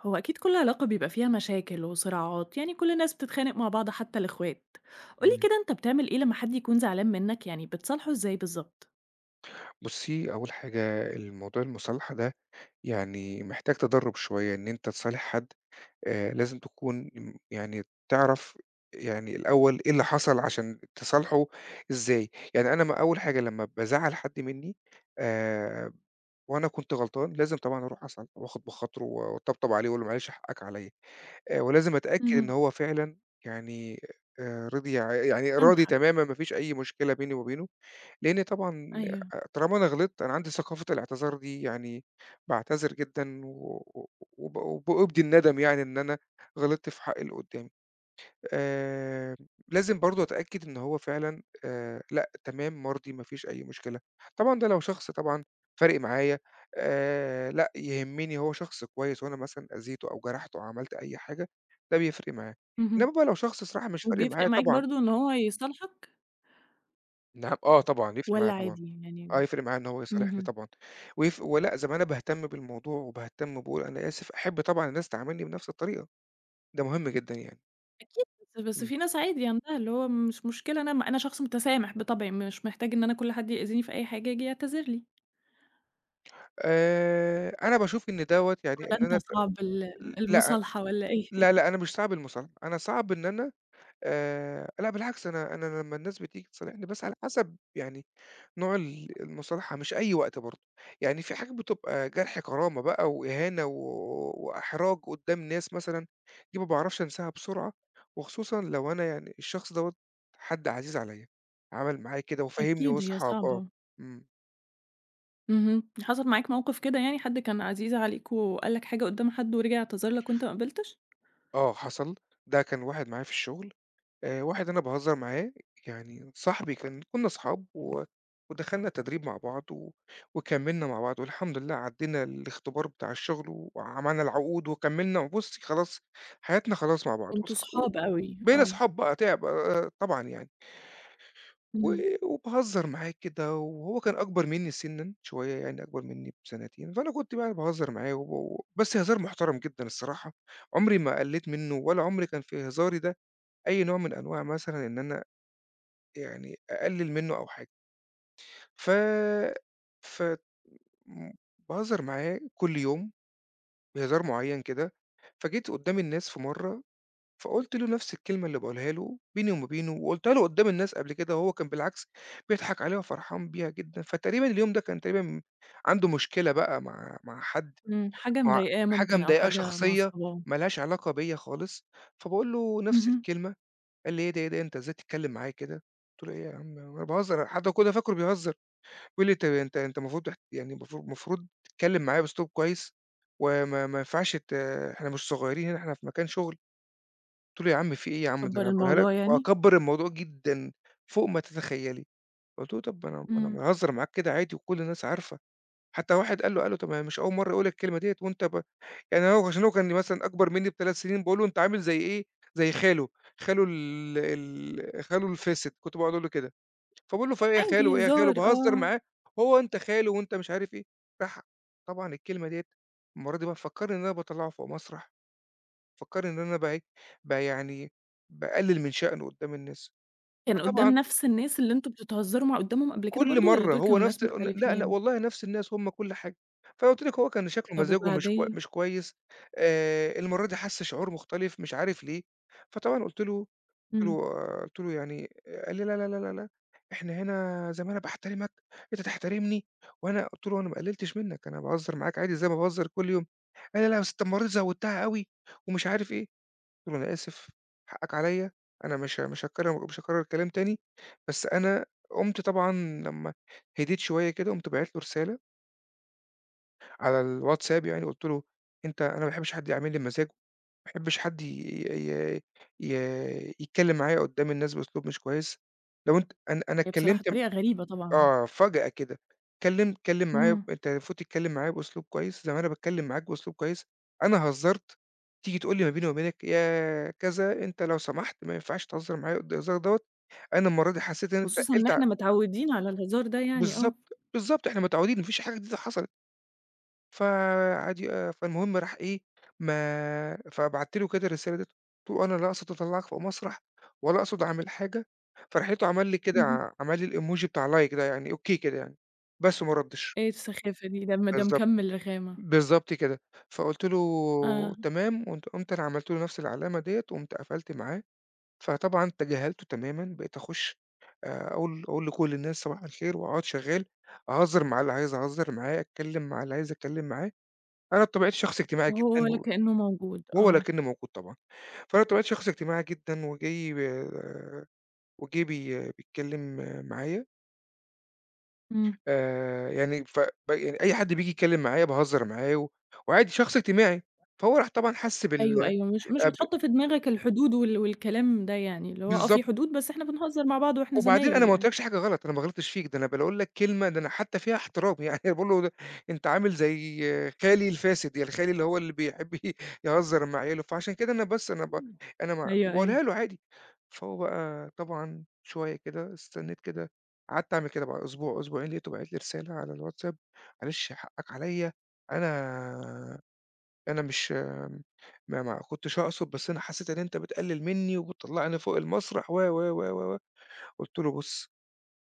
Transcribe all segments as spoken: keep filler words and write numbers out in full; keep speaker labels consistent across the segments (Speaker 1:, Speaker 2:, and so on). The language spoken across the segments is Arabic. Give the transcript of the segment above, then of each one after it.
Speaker 1: هو أكيد كل علاقة بيبقى فيها مشاكل وصراعات يعني كل الناس بتتخانق مع بعض حتى الإخوات. قولي
Speaker 2: إمم.
Speaker 1: كده أنت بتعمل إيه لما حد يكون زعلان منك يعني بتصالحه إزاي بالظبط؟
Speaker 2: بُصّي، أول حاجة الموضوع المُصالحة ده يعني محتاج تدرُّب شوية إن أنت تصالح حد. آآ لازم تكون م يعني تعرف يعني الأول إيه اللي حصل عشان تصالحه إزاي. يعني أنا ما أول حاجة لمّا بازعّل حد منّي، آآ وأنا كنت غلطان، لازم طبعًا أروح أصالحه وآخُد بخاطره و وأطبطب عليه وأقول له معلش حقّك عليّا. آآ ولازم أتأكد إن
Speaker 1: اهم.
Speaker 2: هو فعلًا يعني آآ رِضي ع يعني راضي
Speaker 1: سامحك.
Speaker 2: تمامًا ما فيش أي مشكلة بيني وما بينه. لإن طبعًا
Speaker 1: أيوه.
Speaker 2: آآ طالما أنا غلطت أنا عندي ثقافة الاعتذار دي، يعني باعتذر جدًا و و وب وبأبدي الندم يعني إن أنا غلطت في حق اللي قدّامي. آآ لازم برضه أتأكد إن هو فعلًا، آآ لأ، تمام، مرضي، ما فيش أي مشكلة. طبعًا ده لو شخص طبعًا فارق معايا، آآ لأ، يهمّني هو شخص كويس وأنا مثلًا أذيته أو جرحته أو عملت أي حاجة، ده بيفرق معايا.
Speaker 1: اهم.
Speaker 2: إنّما بقى لو شخص صراحة مش فارق معايا
Speaker 1: وبيفرق معاك
Speaker 2: طبعًا.
Speaker 1: برضه إن هو يصالحك
Speaker 2: نعم، آه طبعًا، يفرق معايا
Speaker 1: والّا
Speaker 2: طبعًا.
Speaker 1: عادي
Speaker 2: آه،
Speaker 1: يعني؟
Speaker 2: يفرق معاه إن هو يصالحني
Speaker 1: اهم.
Speaker 2: طبعًا، ويف ولأ زي ما أنا باهتم بالموضوع وباهتم وباقول أنا آسف، أحب طبعًا الناس تعاملني بنفس الطريقة، ده مهم جدًا يعني.
Speaker 1: أكيد. بس بس
Speaker 2: إمم.
Speaker 1: في ناس عادي عندها اللي هو مش مشكلة، أنا أنا شخص متسامح بطبعي مش محتاج إن أنا كل حد يأذيني في أي حاجة ييجي يعتذر لي.
Speaker 2: آآ، أنا باشوف إن دوّة يعني
Speaker 1: والّا
Speaker 2: إن
Speaker 1: أنت
Speaker 2: أنا ت
Speaker 1: صعب ال
Speaker 2: لأ،
Speaker 1: المصالحة والّا إيه؟
Speaker 2: لا، لأ، أنا مش صعب المصالحة، أنا صعب إن أنا آآ، لأ بالعكس أنا أنا لمّا الناس بتيجي تصالحني بس على حسب يعني نوع ال المصالحة مش أي وقت برضه، يعني في حاجات بتبقى جرح كرامة بقى وإهانة و وإحراج قدّام ناس مثلًا، دي ما باعرفش أنساها بسرعة، وخصوصًا لو أنا يعني الشخص دوّة حد عزيز عليَّ، عمل معايا كده وفاهمني
Speaker 1: أكيد هي
Speaker 2: وصحاب آه.
Speaker 1: صعبة.
Speaker 2: إمم.
Speaker 1: اهم. حصل معاك موقف كده يعني، حد كان عزيز عليك وقال لك حاجة قدّام حد ورجع اعتذر لك وأنت ما قبلتش؟
Speaker 2: آه حصل، ده كان واحد معايا في الشغل، آآ واحد أنا باهزر معاه، يعني صاحبي كان كُنّا أصحاب و ودخلنا التدريب مع بعض و وكمّلنا مع بعض والحمد لله عدّينا الاختبار بتاع الشغل وعملنا العقود وكمّلنا وبُصّي خلاص حياتنا خلاص مع بعض
Speaker 1: كنتم
Speaker 2: وصح.
Speaker 1: صحاب أوي،
Speaker 2: وبقينا
Speaker 1: آه.
Speaker 2: أصحاب بقى تعب، آآ طبعًا يعني، و
Speaker 1: اهم.
Speaker 2: وباهزر معاه كده وهو كان أكبر منّي سِنًّا شوية يعني أكبر منّي بسنتين، فأنا كنت بقى باهزر معاه وب و بس هزار محترم جدًا الصراحة، عمري ما قلّيت منّه ولا عمري كان في هزاري ده أي نوع من أنواع مثلًا إن أنا يعني أقلِّل منّه أو حاجة، ف ف م باهزر معاه كل يوم بهزار معيّن كده، فجيت قُدّام الناس في مرّة، فقُلت له نفْس الكلمة اللي باقولها له بيني وما بينه وقُلتها له قُدّام الناس قبل كده وهو كان بالعكس بيضحك عليها وفرحان بيها جدًا، فتقريبًا اليوم ده كان تقريبًا عنده مشكلة بقى مع مع حد،
Speaker 1: إمم. حاجة
Speaker 2: مع
Speaker 1: مضايقاه
Speaker 2: حاجة
Speaker 1: ممكن أو
Speaker 2: مضايقاه
Speaker 1: حاجة
Speaker 2: شخصية
Speaker 1: معصباه.
Speaker 2: ما لهاش علاقة بيّا خالص، فباقول له نفْس
Speaker 1: اهم.
Speaker 2: الكلمة. قال لي: "إيه ده، إيه ده، أنت إزاي تتكلّم معايا كده؟" قُلت له: "إيه يا عم، هو أنا باهزر." حتى هو كده فاكره بيهزر. قُل لي أنت أنت أنت المفروض تح يعني المفروض المفروض تتكلّم معايا بأسلوب كويس، وما ما ينفعش ت إحنا مش صغيّرين هنا، إحنا في مكان شغل." قُلت له: "يا عم في إيه يا عم ده
Speaker 1: كبّر
Speaker 2: أنا باقولها لك."
Speaker 1: الموضوع يعني؟
Speaker 2: وأكبّر الموضوع جدًا فوق ما تتخيّلي. قُلت له: "طب ما أنا ما أنا
Speaker 1: إمم.
Speaker 2: باهزّر معاك كده عادي وكل الناس عارفة." حتى واحد قال له قال له: "طب ما هي مش أول مرّة أقول لك الكلمة ديّة وأنت ب." يعني هو عشان هو كان مثلًا أكبر منّي بتلات سنين، باقول له: "أنت عامل زي إيه، زي خاله، خاله ال ال خاله الفاسد." كنت باقعد أقول له كده. فباقول له: "فإيه يا خالو
Speaker 1: عادي
Speaker 2: وإيه يا خالو؟"
Speaker 1: هزار،
Speaker 2: باهزر
Speaker 1: آه.
Speaker 2: معاه، هو أنت خالو وأنت مش عارف إيه، راح طبعًا الكلمة ديّة المرّة دي بقى فكّرني إن أنا باطلّعه فوق مسرح، فكّرني إن أنا بقى إيه، ب يعني باقلل من شأنه قدّام الناس،
Speaker 1: كان
Speaker 2: فطبعًا
Speaker 1: قدّام نفس الناس اللي أنتم بتتهزروا مع قدّامهم قبل كده
Speaker 2: كل
Speaker 1: برضه والّا
Speaker 2: مرّة
Speaker 1: دول
Speaker 2: هو
Speaker 1: كانوا
Speaker 2: نفس
Speaker 1: ناس
Speaker 2: ال لأ، لأ
Speaker 1: مختلفين؟
Speaker 2: والله نفس الناس هم كل حاجة، فقُلت لِك هو كان شكله
Speaker 1: طب
Speaker 2: مزاجه مش كوي
Speaker 1: وبعدين؟
Speaker 2: مش كويس، آآ المرّة دي حَس شعور مختلف مش عارف ليه، فطبعًا قُلت له قُلت
Speaker 1: إمم.
Speaker 2: له قُلت له: "يعني." قال لي: "لا، لا، لا، لا، لا، إحنا هنا زي ما أنا باحترمك أنت تحترمني." وأنا قُلت له: "أنا ما قللتش منك، أنا باهزر معاك عادي زي ما باهزر كل يوم." قال لي: "لا، بس أنت المرّة دي زوّدتها أوي." ومش عارف إيه، قُلت له: "أنا آسف، حقك عليّا، أنا مش ه مش هاكرر مش هاكرر الكلام تاني." بس أنا قُمت طبعًا لمّا هديت شوية كده، قُمت باعت له رسالة على الواتساب يعني قُلت له: "أنت أنا ما باحبش حد يعاملني بمزاجه." ما باحبش حد ي ي ي يتكلّم معايا قدّام الناس بأسلوب مش كويس، لو أنت أنا أنا
Speaker 1: هي بصراحة
Speaker 2: اتكلّمت م
Speaker 1: طريقة غريبة طبعًا.
Speaker 2: آه، فجأة كده، اتكلّم اتكلّم معايا
Speaker 1: إمم.
Speaker 2: أنت المفروض تتكلّم معايا بأسلوب كويس زي ما أنا باتكلّم معاك بأسلوب كويس، أنا هزّرت، تيجي تقول لي ما بيني وما بينك يا كذا أنت لو سمحت ما ينفعش تهزّر معايا قد الهزار دوّة، أنا المرّة دي حسّيت إن أنت
Speaker 1: خصوصًا إن
Speaker 2: اتقّلت ع
Speaker 1: إحنا متعودين على الهزار ده يعني، آه.
Speaker 2: بالضبط، بالضبط إحنا متعودين ما فيش حاجة جديدة حصلت. فعادي، آآ فالمهم راح إيه، ما فبَعَتّ له كده الرسالة ديّة، قُلت له: "أنا لا أقصد أطلّعك فوق مسرح ولا أقصد أعمل حاجة." فراح لقيته عمل لي كده
Speaker 1: اهم.
Speaker 2: ع عمل لي الemoji بتاع like ده يعني أوكي كده يعني، بس وما ردّش.
Speaker 1: إيه السخافة دي؟ ده م ده
Speaker 2: بالضبط،
Speaker 1: مكمّل رخامة.
Speaker 2: بالضبط كده. فقُلت له:
Speaker 1: آه،
Speaker 2: "تمام." قمت قمت أنا عملت له نفس العلامة ديّة وقمت قفلت معاه، فطبعًا تجاهلته تمامًا، بقيت أخُش، آآ أقول أقول لكل الناس صباح الخير وأقعد شغّال، أهزّر مع اللي عايز أهزّر معاه، أتكلّم مع اللي عايز أتكلّم معاه. أنا بطبيعتي شخص اجتماعي
Speaker 1: وهو
Speaker 2: جدًا
Speaker 1: ولا
Speaker 2: و
Speaker 1: كأنه موجود،
Speaker 2: وهو
Speaker 1: آه.
Speaker 2: لكنّي موجود طبعًا. فأنا بطبيعتي شخص اجتماعي جدًا وجاي آآ وجِه بي بيتكلّم معايا،
Speaker 1: إمم،
Speaker 2: آآ يعني ف ب يعني أي حد بييجي يتكلّم معايا باهزّر معاه و وعادي شخص اجتماعي، فهو راح طبعًا حَس
Speaker 1: أيوه،
Speaker 2: بال
Speaker 1: أيوه، مش مش
Speaker 2: أ ب
Speaker 1: بتحُط في دماغك الحدود وال والكلام ده يعني، اللي هو آه
Speaker 2: بالضبط.
Speaker 1: في حدود بس إحنا بنهزر مع بعض وإحنا
Speaker 2: وبعدين أنا
Speaker 1: زمايل
Speaker 2: ما
Speaker 1: يعني.
Speaker 2: قُلتلكش حاجة غلط، أنا ما غلطتش فيك، ده أنا باقول لك كلمة ده أنا حتى فيها احترام، يعني باقول له ده أنت عامل زي خالي الفاسد، يعني خالي اللي هو اللي بيحب ي يهزر مع عياله، فعشان كده أنا بس أنا ب
Speaker 1: إمم،
Speaker 2: أنا ما
Speaker 1: أيوه، أيوه،
Speaker 2: وباقولها له عادي. فهو بقى طبعًا شوية كده استنيت كده، قعدت أعمل كده بقى أسبوع، أسبوعين، لقيته باعت لي رسالة على الواتساب: "معلش حقك عليّا، أنا أنا مش ما ما كنتش أقصد، بس أنا حسيت إن أنت بتقلل مني وبتطلّعني فوق المسرح و، و، و، و، و." قُلت له: "بُص،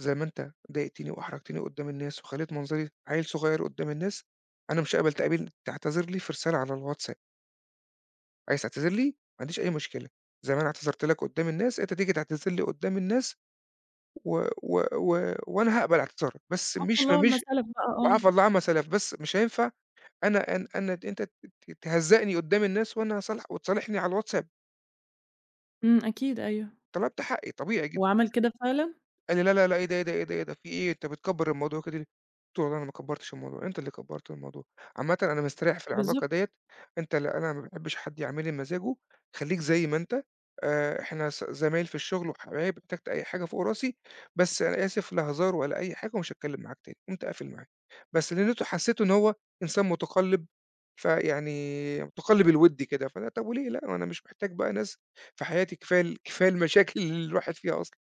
Speaker 2: زي ما أنت ضايقتني وأحرجتني قدّام الناس وخلّيت منظري عيل صغير قدّام الناس، أنا مش هاقبل تقابل تعتذر لي في رسالة على الواتساب، عايز تعتذر لي ما عنديش أي مشكلة، زي ما أنا اعتذرت لك قدّام الناس أنت تيجي تعتذر لي قدّام الناس و و و وأنا هاقبل اعتذارك، بس
Speaker 1: عفى
Speaker 2: مش ما
Speaker 1: الله عما
Speaker 2: مش
Speaker 1: سَلَف بقى، آه.
Speaker 2: وعفى الله عما سَلَف، بس مش هينفع أنا أن أنا أنت ت ت تهزّقني قدّام الناس وأنا هاصالح وتصالحني على الواتساب،
Speaker 1: إمم، أكيد، أيوه.
Speaker 2: طلبت حقي طبيعي."
Speaker 1: وعمل كده فعلًا؟
Speaker 2: قال لي: "لا، لا، لا، إيه ده، إيه ده، إيه ده، إيه ده، في إيه، أنت بتكبّر الموضوع كده ليه؟" قُلت له: "والله أنا ما كبّرتش الموضوع، أنت اللي كبّرت الموضوع، عامةً أنا مستريح في العلاقة
Speaker 1: بالضبط.
Speaker 2: ديّة، أنت لأ أنا ما باحبش حد يعمل لي مزاجه، خلّيك زي ما أنت، آآ إحنا ز زمايل في الشغل وحبايب، احتجت أي حاجة فوق راسي، بس أنا آسف لا هزار ولا أي حاجة ومش هاتكلّم معاك تاني." قُمت قافل معاه، بس لإن أنت حسّيته إن هو إنسان مُتقلِّب، فيعني مُتقلِّب الوِد كده، فأنا طب وليه لأ، ما أنا مش محتاج بقى ناس في حياتي، كفاية ال كفاية المشاكل اللي الواحد فيها أصلًا.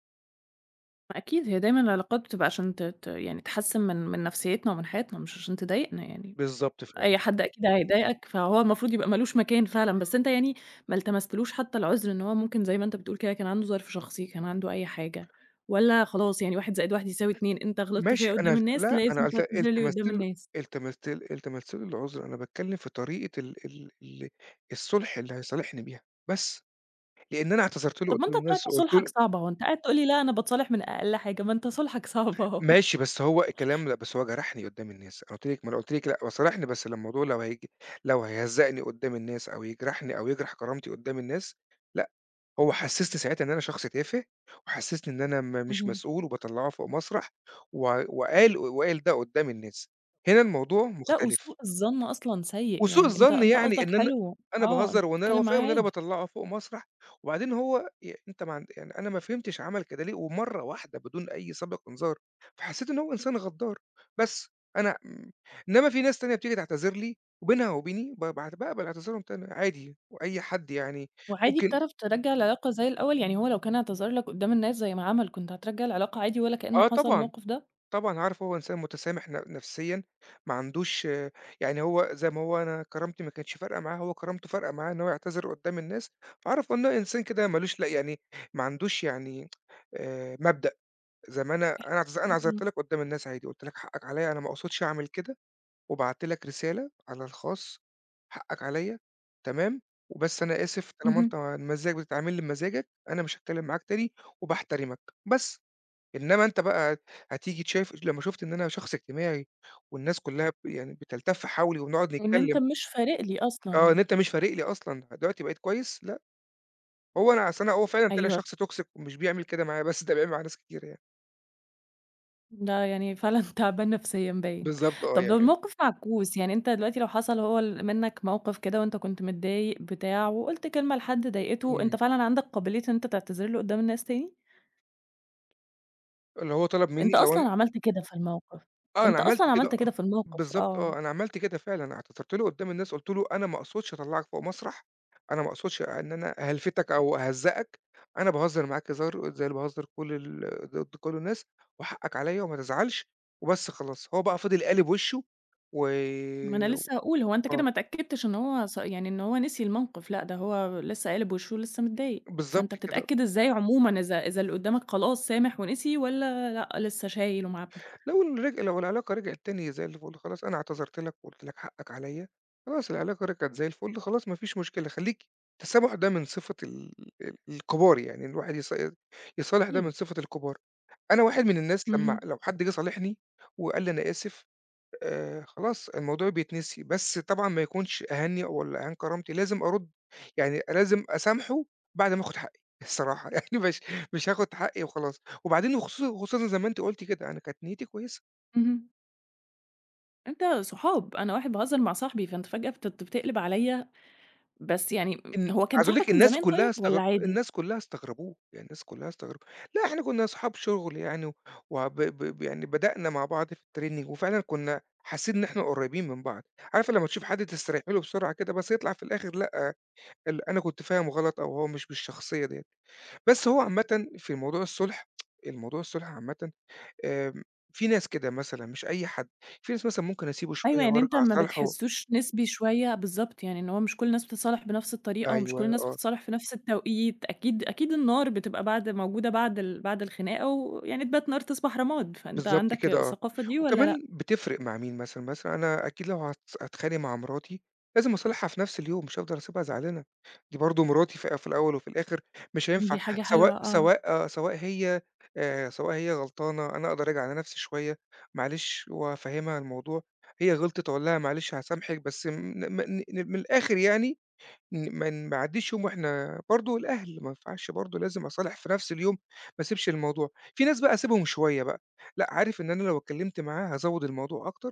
Speaker 1: ما أكيد هي دايمًا العلاقات بتبقى عشان ت ت يعني تحسّن من من نفسيتنا ومن حياتنا مش عشان تضايقنا يعني.
Speaker 2: بالضبط. ف
Speaker 1: أي حد أكيد هيضايقك، فهو المفروض يبقى ما لوش مكان فعلًا، بس أنت يعني ما التمستلوش حتى العذر إن هو ممكن زي ما أنت بتقول كده كان عنده ظرف شخصي، كان عنده أي حاجة، والّا خلاص يعني واحد زائد واحد=اتنين أنت غلطت
Speaker 2: ماشي
Speaker 1: فيّا
Speaker 2: أنا
Speaker 1: قدّام
Speaker 2: قلت
Speaker 1: الناس
Speaker 2: لأ، أنا
Speaker 1: لازم
Speaker 2: قلت
Speaker 1: تعتذر لي
Speaker 2: التمست
Speaker 1: قدّام
Speaker 2: له،
Speaker 1: الناس؟
Speaker 2: التمست ل التمست له العُذر، أنا باتكلّم في طريقة ال ال ال الصُلح اللي هيصالحني بيها بس، لإن أنا اعتذرت له
Speaker 1: طب ما أنت
Speaker 2: قدّام
Speaker 1: طلعت
Speaker 2: الناس وقُلت
Speaker 1: صُلحك
Speaker 2: له
Speaker 1: صعب أهو، أنت قاعد تقول لي لأ أنا باتصالح من أقل حاجة، ما أنت صُلحك صعب أهو.
Speaker 2: ماشي. بس هو الكلام لأ، بس هو جرحني قدّام الناس، أنا قُلت لِك، ما أنا قُلت لِك لأ، هو صالحني بس لمّا الموضوع لو هيج لو هيهزّقني قدّام الناس أو يجرحني أو يجرح كرامتي قدّام الناس، لأ، هو حسّسني ساعتها إن أنا شخص تافه وحسّسني إن أنا م مش
Speaker 1: اهم.
Speaker 2: مسؤول وباطلّعه فوق مسرح و وقال وقال ده قدّام الناس، هنا الموضوع
Speaker 1: لأ
Speaker 2: مختلف.
Speaker 1: وسوء الظن أصلًا سيء،
Speaker 2: وسوء
Speaker 1: يعني أنت
Speaker 2: الظن
Speaker 1: أنت
Speaker 2: يعني
Speaker 1: قصدك
Speaker 2: إن أنا
Speaker 1: حلو،
Speaker 2: أنا
Speaker 1: آه، أنت
Speaker 2: باهزر وإن أنا هو
Speaker 1: بتتكلم
Speaker 2: فاهم
Speaker 1: معاه
Speaker 2: إن أنا
Speaker 1: عادي.
Speaker 2: باطلّعه فوق مسرح، وبعدين هو ي أنت ما عند يعني أنا ما فهمتش عمل كده ليه ومرّة واحدة بدون أي سابق إنذار، فحسّيت إن هو إنسان غدّار، بس أنا م إنّما في ناس تانية بتيجي تعتذر لي وبينها وبيني ب باعت باقبل اعتذارهم تاني عادي، وأي حد يعني
Speaker 1: وعادي
Speaker 2: ممكن،
Speaker 1: بتعرف ترجّع العلاقة زي الأول؟ يعني هو لو كان اعتذر لك قدّام الناس زي ما عمل، كنت هترجّع العلاقة عادي ولا كإن
Speaker 2: آه
Speaker 1: حصل
Speaker 2: طبعًا.
Speaker 1: الموقف ده؟
Speaker 2: طبعًا عارفه، هو إنسان متسامح ن نفسيًا، ما عندوش آه، يعني هو زي ما هو أنا كرامتي ما كانتش فارقة معاه، هو كرامته فارقة معاه إن هو يعتذر قدّام الناس، فعارف إن هو إنسان كده ما لوش لأ، يعني ما عندوش يعني آآ مبدأ، زي ما أنا أنا اعتذ أنا اعتذرت
Speaker 1: إمم،
Speaker 2: لك قدّام الناس عادي، قُلت لك حقك عليّا أنا ما اقصدش أعمل كده، وبعت لك رسالة على الخاص، حقك عليّا تمام، وبس أنا آسف طالما أنت
Speaker 1: اهم.
Speaker 2: مزاجك بتتعاملني بمزاجك، أنا مش هاتكلم معاك تاني وباحترمك، بس. إنما أنت بقى هتيجي تشاف لمّا شُفت إن أنا شخص اجتماعي والناس كلّها ب يعني بتلتف حولي وبنقعد
Speaker 1: وإن أنت
Speaker 2: نتكلّم.
Speaker 1: مش فارق لي
Speaker 2: آه، إن
Speaker 1: أصلًا،
Speaker 2: أنت مش فارق لي أصلًا، دلوقتي بقيت كويس، لأ. هو أنا أصل أنا هو فعلًا طلع
Speaker 1: أيوه.
Speaker 2: شخص toxic ومش بيعمل كده معايا بس، ده بيعمل مع ناس كتير يعني.
Speaker 1: ده يعني فعلًا تعبان نفسيًا باين.
Speaker 2: بالضبط آه،
Speaker 1: طب لو
Speaker 2: يعني.
Speaker 1: الموقف معكوس، يعني أنت دلوقتي لو حصل هو ال منّك موقف كده وأنت كنت متضايق بتاع، وقُلت كلمة لحد ضايقته،
Speaker 2: إمم.
Speaker 1: أنت فعلًا عندك قابلية إن أنت تعتذر له قدّام الناس تاني؟
Speaker 2: اللي هو طلب منّي
Speaker 1: أنت
Speaker 2: لو أنا
Speaker 1: أصلًا عملت كده في الموقف.
Speaker 2: آه، أنا
Speaker 1: أنت
Speaker 2: عملت
Speaker 1: أصلًا
Speaker 2: كده.
Speaker 1: عملت
Speaker 2: آه،
Speaker 1: كده في الموقف،
Speaker 2: بالضبط
Speaker 1: آه.
Speaker 2: آه، أنا عملت كده فعلًا، اعتذرت له قدّام الناس، قُلت له: "أنا ما أقصدش أطلّعك فوق مسرح، أنا ما أقصدش إن أنا أهلفتك أو أهزّقك، أنا باهزّر معاك هزار زي اللي باهزّر كل ال ضد كل الناس، وحقك عليّا وما تزعلش." وبس خلاص، هو بقى فضل قالب وِشّه و
Speaker 1: ما أنا لسه هاقول، هو أنت
Speaker 2: آه،
Speaker 1: كده ما اتأكدتش إن هو ص يعني إن هو نسي الموقف، لأ ده هو لسه قالب وشه ولسه متضايق، فأنت
Speaker 2: بالضبط كده.
Speaker 1: بتتأكد إزاي عمومًا إذا إذا اللي قدّامك خلاص سامح ونسي والّا لأ لسه شايل ومعبّي؟
Speaker 2: لو الرج لو العلاقة رجعت تاني زي الفل، خلاص أنا اعتذرت لك وقُلت لك حقك عليّا، خلاص العلاقة رجعت زي الفل، خلاص ما فيش مشكلة، خلّيكِ. التسامح ده من صفة ال ال الكبار، يعني الواحد يص يصالح ده من
Speaker 1: أكيد.
Speaker 2: صفة الكبار. أنا واحد من الناس لمّا
Speaker 1: اهم،
Speaker 2: لو حد جه صالحني وقال لي أنا آسف، آآ خلاص الموضوع بيتنسي، بس طبعًا ما يكونش أهَنّي ولا أهان كرامتي، لازم أرُد، يعني لازم أسامحه بعد ما آخُد حقّي الصراحة يعني مش مش هاخُد حقّي وخلاص، وبعدين وخصوصًا خصوصًا زي ما أنتِ قُلتِ كده أنا كانت نيّتي كويسة.
Speaker 1: اهم. أنت صحاب، أنا واحد باهزر مع صاحبي، فأنت فجأة بتت بتقلب عليَّ، بس يعني.
Speaker 2: إن
Speaker 1: هو كان
Speaker 2: عايز أقول لِك
Speaker 1: صاحبك من
Speaker 2: الناس
Speaker 1: زمان
Speaker 2: كلّها
Speaker 1: طيب
Speaker 2: استغر
Speaker 1: والّا عادي؟
Speaker 2: الناس كلّها استغربوه، يعني الناس كلّها استغربوا. لأ إحنا كنا أصحاب شغل يعني، وب ب يعني بدأنا مع بعض في الtraining وفعلًا كنا حاسين إن إحنا قريبين من بعض. عارفة لمّا تشوف حد تستريحي له بسرعة كده، بس يطلع في الآخر لأ، ال أنا كنت فاهمه غلط أو هو مش بالشخصية ديّة. بس هو عامةً في موضوع الصلح الموضوع الصلح عامةً، آمم، في ناس كده مثلًا مش أي حد، في ناس مثلًا ممكن أسيبه
Speaker 1: أيوه.
Speaker 2: شوية
Speaker 1: يعني أنت
Speaker 2: وأرجع
Speaker 1: ما
Speaker 2: أصالحه.
Speaker 1: بتحسّوش نسبي شوية بالضبط، يعني إن هو مش كل الناس بتتصالح بنفس الطريقة ومش
Speaker 2: أيوه،
Speaker 1: كل الناس
Speaker 2: آه.
Speaker 1: بتتصالح في نفس التوقيت، أكيد أكيد النار بتبقى بعد موجودة بعد ال بعد الخناقة ويعني تبات نار تصبح رماد، فأنت
Speaker 2: بالضبط
Speaker 1: عندك
Speaker 2: كده آه،
Speaker 1: الثقافة دي والّا
Speaker 2: وكمان
Speaker 1: لأ؟
Speaker 2: بتفرق مع مين مثلًا، مثلًا أنا أكيد لو هات هاتخانق مع مراتي لازم أصالحها في نفس اليوم، مش هافضل أسيبها زعلانة، دي برضه مراتي في في الأول وفي الآخر، مش هينفع.
Speaker 1: دي حاجة
Speaker 2: سواء
Speaker 1: حلوة، آه.
Speaker 2: سواء آه، سواء هي آآ، سواء هي غلطانة، أنا أقدر أراجع على نفسي شوية معلش وأفهّمها الموضوع، هي غلطت أقول لها معلش هاسامحِك، بس م م ن من الآخر يعني ن من ما يعدّيش يوم، وإحنا برضه الأهل ما ينفعش برضه لازم أصالح في نفس اليوم، ما اسيبش الموضوع. في ناس بقى أسيبهم شوية بقى، لأ عارف إن أنا لو اتكلمت معاه هازوّد الموضوع أكتر،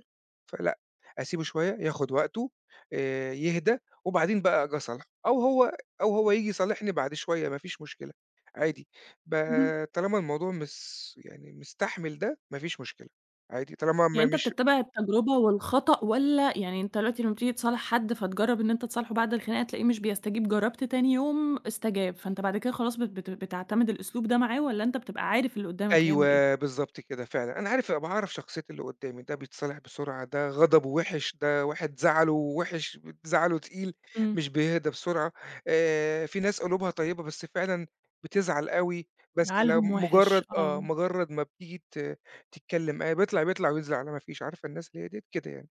Speaker 2: فلأ، أسيبه شوية ياخد وقته، آآ، يهدى وبعدين بقى آجي أصالحه، أو هو أو هو ييجي يصالحني بعد شوية ما فيش مشكلة، عادي. ب
Speaker 1: اهم.
Speaker 2: طالما الموضوع مس يعني مستحمل ده ما فيش مشكلة، عادي طالما
Speaker 1: يعني
Speaker 2: ما
Speaker 1: أنت
Speaker 2: مش
Speaker 1: بتتّبع التجربة والخطأ والّا يعني أنت دلوقتي لمّا بتيجي تصالح حد فتجرّب إن أنت تصالحه بعد الخناقة تلاقيه مش بيستجيب، جرّبت تاني يوم استجاب، فأنت بعد كده خلاص بت بت بتعتمد الأسلوب ده معاه والّا أنت بتبقى عارف اللي قدّامك هيعمل
Speaker 2: أيوه،
Speaker 1: إيه؟
Speaker 2: بالضبط كده فعلًا، أنا عارف أبقى أعرف شخصية اللي قدّامي، ده بيتصالح بسرعة، ده غضبه وِحِش، ده واحد زعله وِحِش، زعله تقيل،
Speaker 1: إمم.
Speaker 2: مش بيهدى بسرعة. آآ، في ناس قلوبها طيبة بس فعلًا بتزعل أوي، بس لو
Speaker 1: عالهم
Speaker 2: مجرّد
Speaker 1: وِحِش،
Speaker 2: آه،
Speaker 1: آه.
Speaker 2: مجرّد ما بتيجي ت تتكلّم، آآ، بيطلع، بيطلع وينزل على ما فيش، عارفة الناس اللي هي ديّة؟ كده يعني.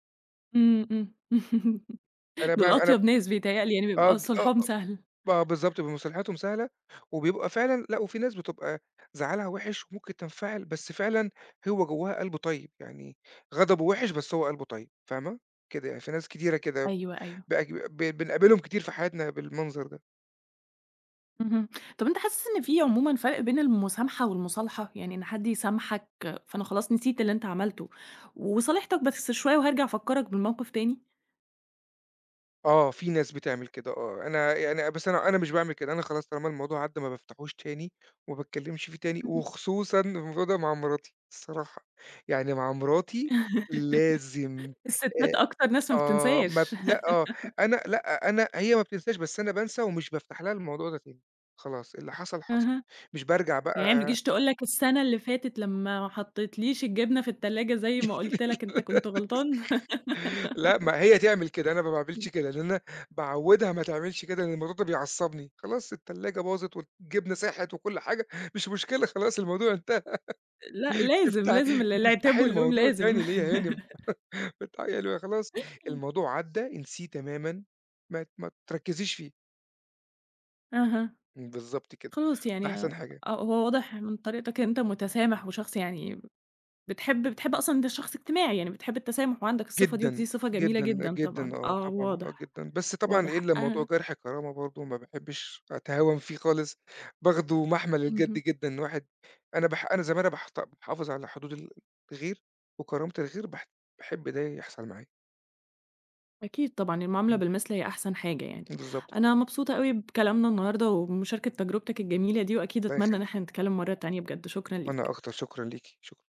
Speaker 1: إمم، إمم.
Speaker 2: أنا
Speaker 1: دول
Speaker 2: باعم أنا
Speaker 1: أطيب ناس بيتهيأ لي يعني
Speaker 2: آه،
Speaker 1: بيبقى
Speaker 2: ج آه.
Speaker 1: صُلحهم سهل.
Speaker 2: آه بالضبط، بيبقى مصطلحاتهم سهلة، وبيبقى فعلًا، لأ وفي ناس بتبقى زعلها وِحِش وممكن تنفعل، بس فعلًا هو جواها قلبه طيب، يعني غضبه وِحِش بس هو قلبه طيب، فاهمة؟ كده يعني في ناس كتيرة كده
Speaker 1: أيوه، أيوه.
Speaker 2: بقى، ب بنقابلهم كتير في حياتنا بالمنظر ده.
Speaker 1: اهم. طَب أنت حاسس إن في عمومًا فرق بين المُسامحة والمُصالحة؟ يعني إن حد يسامحك فأنا خلاص نسيت اللي أنت عملته، وصالحتك بس شوية وهارجع أفكّرك بالموقف تاني؟
Speaker 2: آه، في ناس بتعمل كده آه، أنا يعني بس أنا أنا مش باعمل كده، أنا خلاص طالما الموضوع عدّى ما بافتحوش تاني، وما باتكلمش فيه تاني،
Speaker 1: اهم.
Speaker 2: وخصوصًا الموضوع ده مع مراتي الصراحة، يعني مع مراتي لازم.
Speaker 1: الستات أكتر ناس ما
Speaker 2: آه، ما بت
Speaker 1: بتنساش.
Speaker 2: لأ آه، أنا لأ، أنا هي ما بتنساش، بس أنا بانسى ومش بافتح لها الموضوع ده تاني، خلاص اللي حصل حصل،
Speaker 1: أها.
Speaker 2: مش بارجع
Speaker 1: يعني هي ما
Speaker 2: بقى
Speaker 1: بتجيش تقول لك السَنة اللي فاتت لمّا ما حطيتليش الجبنة في التلاجة زي ما قُلت لك أنت كنت غلطان؟
Speaker 2: لأ، ما هي تعمل كده، أنا ما باعملش كده، لإن أنا باعوّدها ما تعملش كده، لإن الموضوع ده بيعصّبني، خلاص التلاجة باظت والجبنة ساحت وكل حاجة، مش مشكلة خلاص الموضوع انتهى.
Speaker 1: لأ، لازم، لازم
Speaker 2: بتفتحي
Speaker 1: ال العتاب
Speaker 2: بتفتحي
Speaker 1: واللوم
Speaker 2: الموضوع
Speaker 1: لازم.
Speaker 2: تاني ليه يا هانم؟ بتعي اللي هو خلاص الموضوع عدّى، انسيه تمامًا، ما ت ما تركّزيش فيه،
Speaker 1: أها.
Speaker 2: بالضبط كده،
Speaker 1: خلاص
Speaker 2: ده
Speaker 1: يعني،
Speaker 2: أحسن
Speaker 1: آه.
Speaker 2: حاجة.
Speaker 1: هو واضح من طريقتك إن أنت متسامح وشخص يعني بتحب بتحب أصلًا أنت شخص اجتماعي، يعني بتحب التسامح وعندك الصفة دي،
Speaker 2: جدًا،
Speaker 1: ودي صفة جميلة
Speaker 2: جدًا،
Speaker 1: جدًا طبعًا،
Speaker 2: جدًا آه،
Speaker 1: آه
Speaker 2: طبعًا، آه
Speaker 1: واضح،
Speaker 2: جدًا، بس طبعًا إيه
Speaker 1: واضح
Speaker 2: إلا موضوع
Speaker 1: آآ
Speaker 2: جرح الكرامة برضه ما باحبش أتهاون فيه خالص، باخده محمل الجد
Speaker 1: اهم.
Speaker 2: جدًا، إن واحد. أنا باح أنا زي ما أنا باحت باحافظ على حدود ال الغير وكرامة الغير باح باحب ده يحصل معايا.
Speaker 1: أكيد طبعًا المعاملة بالمثل هي أحسن حاجة يعني.
Speaker 2: بالضبط،
Speaker 1: أنا مبسوطة أوي بكلامنا النهارده وبمشاركة تجربتك الجميلة دي، وأكيد
Speaker 2: الله
Speaker 1: أتمنى إن
Speaker 2: يخليكِ،
Speaker 1: إحنا نتكلم مرة تانية بجد، شكرًا
Speaker 2: وأنا
Speaker 1: ليك.
Speaker 2: أكتر، شكرًا ليكِ، شكرًا.